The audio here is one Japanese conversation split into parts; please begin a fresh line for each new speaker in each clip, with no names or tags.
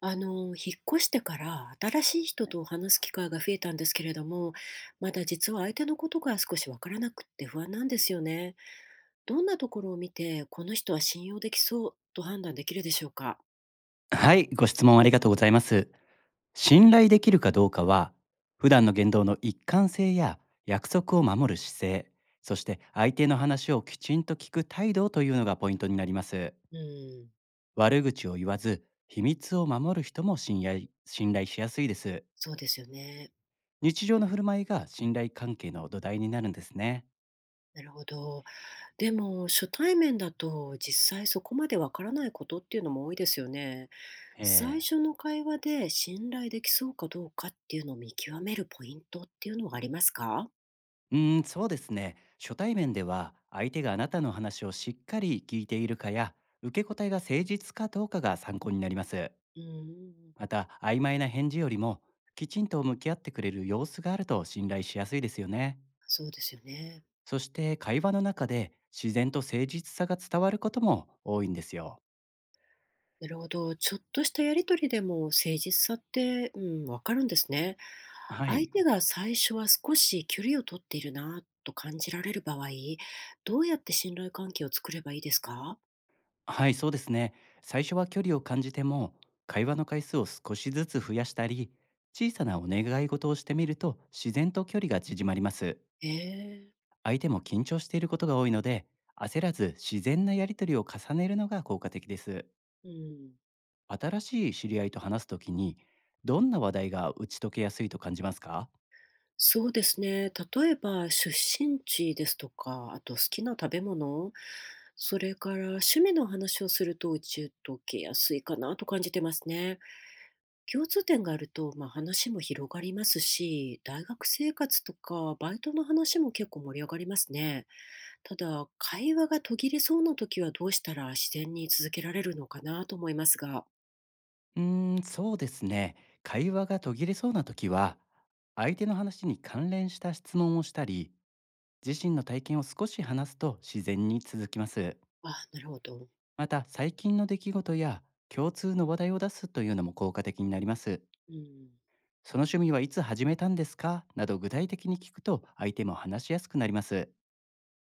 引っ越してから新しい人と話す機会が増えたんですけれども、まだ実は相手のことが少しわからなくって不安なんですよね。どんなところを見て、この人は信用できそうと判断できるでしょうか？
はい、ご質問ありがとうございます。信頼できるかどうかは、普段の言動の一貫性や約束を守る姿勢、そして相手の話をきちんと聞く態度というのがポイントになります。
うん、
悪口を言わず、秘密を守る人も信頼しやすいです。
そうですよね。
日常の振る舞いが信頼関係の土台になるんですね。
なるほど。でも、初対面だと実際そこまでわからないことっていうのも多いですよね。
え
最
え。
初の会話で信頼できそうかどうかっていうのを見極めるポイントっていうのはありますか？
うーん、そうですね。初対面では相手があなたの話をしっかり聞いているかや受け答えが誠実かどうかが参考になります。
うん。
また、曖昧な返事よりもきちんと向き合ってくれる様子があると信頼しやすいですよね。
そうですよね。
そして、会話の中で自然と誠実さが伝わることも多いんですよ。
なるほど。ちょっとしたやり取りでも誠実さって、うん、わかるんですね。
は
相
い。
手が最初は少し距離を取っているなと感じられる場合、どうやって信頼関係を作ればいいですか？
はい、そうですね。最初は距離を感じても、会話の回数を少しずつ増やしたり、小さなお願い事をしてみると自然と距離が縮まります。
ええ。
相手も緊張していることが多いので、焦らず自然なやり取りを重ねるのが効果的です。
うん。
新しい知り合いと話すときに、どんな話題が打ち解けやすいと感じますか？
そうですね。例えば出身地ですとか、あと好きな食べ物、それから趣味の話をすると打ち解けやすいかなと感じてますね。共通点があると、まあ、話も広がりますし、大学生活とかバイトの話も結構盛り上がりますね。ただ、会話が途切れそうな時はどうしたら自然に続けられるのかなと思いますが。
うーん、そうですね。会話が途切れそうなときは、相手の話に関連した質問をしたり、自身の体験を少し話すと自然に続きます。
あ、なるほど。
また、最近の出来事や共通の話題を出すというのも効果的になります。
うん。
その趣味はいつ始めたんですかなど、具体的に聞くと相手も話しやすくなります。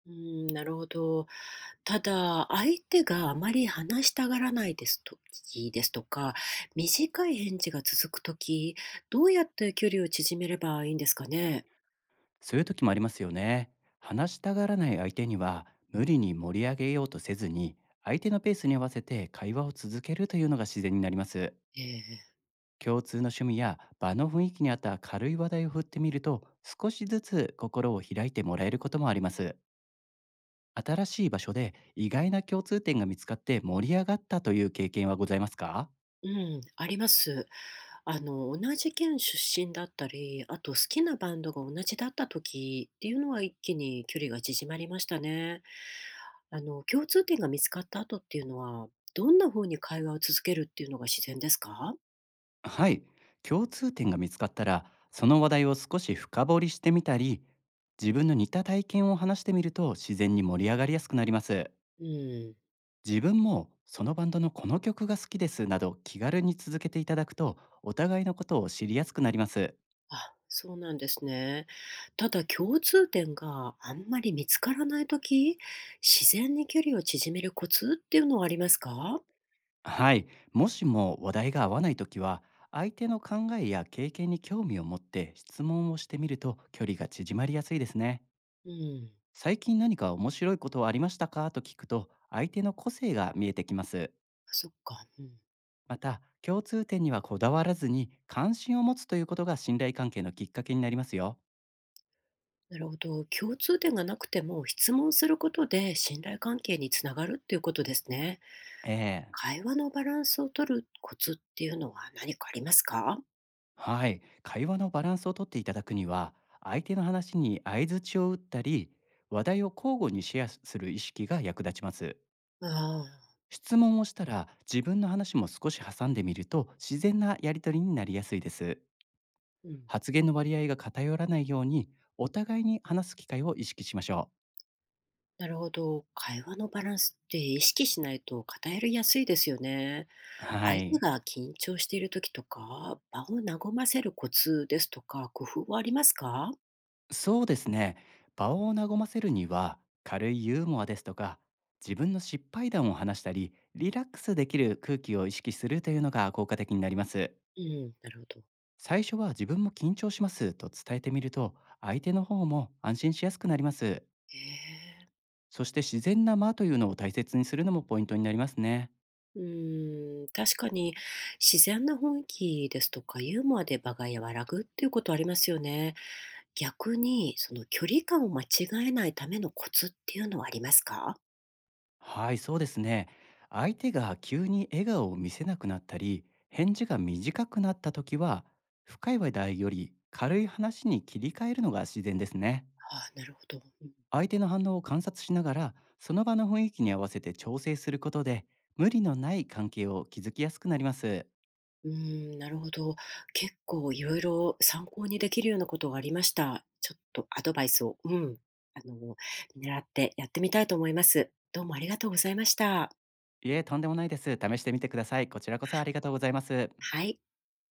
うん、なるほど。ただ、相手があまり話したがらないですときですとか、短い返事が続くとき、どうやって距離を縮めればいいんですかね。
そういう時もありますよね。話したがらない相手には無理に盛り上げようとせずに、相手のペースに合わせて会話を続けるというのが自然になります。
ええ。
共通の趣味や場の雰囲気に合った軽い話題を振ってみると、少しずつ心を開いてもらえることもあります。新しい場所で意外な共通点が見つかって盛り上がったという経験はございますか？
うん、あります。同じ県出身だったり、あと好きなバンドが同じだった時っていうのは一気に距離が縮まりましたね。共通点が見つかった後っていうのは、どんな風に会話を続けるっていうのが自然ですか？
はい、共通点が見つかったら、その話題を少し深掘りしてみたり、自分の似た体験を話してみると自然に盛り上がりやすくなります。
うん。
自分もそのバンドのこの曲が好きですなど、気軽に続けていただくとお互いのことを知りやすくなります。
あ、そうなんですね。ただ共通点があんまり見つからない時、自然に距離を縮めるコツっていうのはありますか？
はい、もしも話題が合わないときは、相手の考えや経験に興味を持って質問をしてみると距離が縮まりやすいですね。
うん。
最近何か面白いことはありましたかと聞くと、相手の個性が見えてきます。
そっか。うん。
また、共通点にはこだわらずに関心を持つということが信頼関係のきっかけになりますよ。
なるほど。共通点がなくても質問することで信頼関係につながるっていうことですね。
ええ。
会話のバランスを取るコツっていうのは何かありますか？
はい、会話のバランスをとっていただくには、相手の話に相槌を打ったり、話題を交互にシェアする意識が役立ちます。
ああ、
質問をしたら自分の話も少し挟んでみると、自然なやり取りになりやすいです。
うん。
発言の割合が偏らないように、お互いに話す機会を意識しましょ
なるほど。会話のバランスって意識しないと偏りやすいですよね。
う。は
相手
い、
が緊張している時とか、場を和ませるコツですとか、工夫はありますか？
そうですね。場を和ませるには、軽いユーモアですとか、自分の失敗談を話したり、リラックスできる空気を意識するというのが効果的になります。
うん、なるほど。
最初は自分も緊張しますと伝えてみると、相手の方も安心しやすくなります。
へえ。
そして、自然な間というのを大切にするのもポイントになりますね。
うーん、確かに自然な雰囲気ですとかユーモアで場が和らぐっていうことありますよね。逆にその距離感を間違えないためのコツっていうのはありますか？
はい、そうですね。相手が急に笑顔を見せなくなったり、返事が短くなった時は、深い話題より軽い話に切り替えるのが自然ですね。
ああ、なるほど。
相手の反応を観察しながら、その場の雰囲気に合わせて調整することで、無理のない関係を築きやすくなります。
うん、うーん、なるほど。結構いろいろ参考にできるようなことがありました。ちょっとアドバイスを、うん、あの、狙ってやってみたいと思います。どうもありがとうございました。あ、
いえ、とんでもないです。試してみてください。こちらこそありがとうございます。
はい。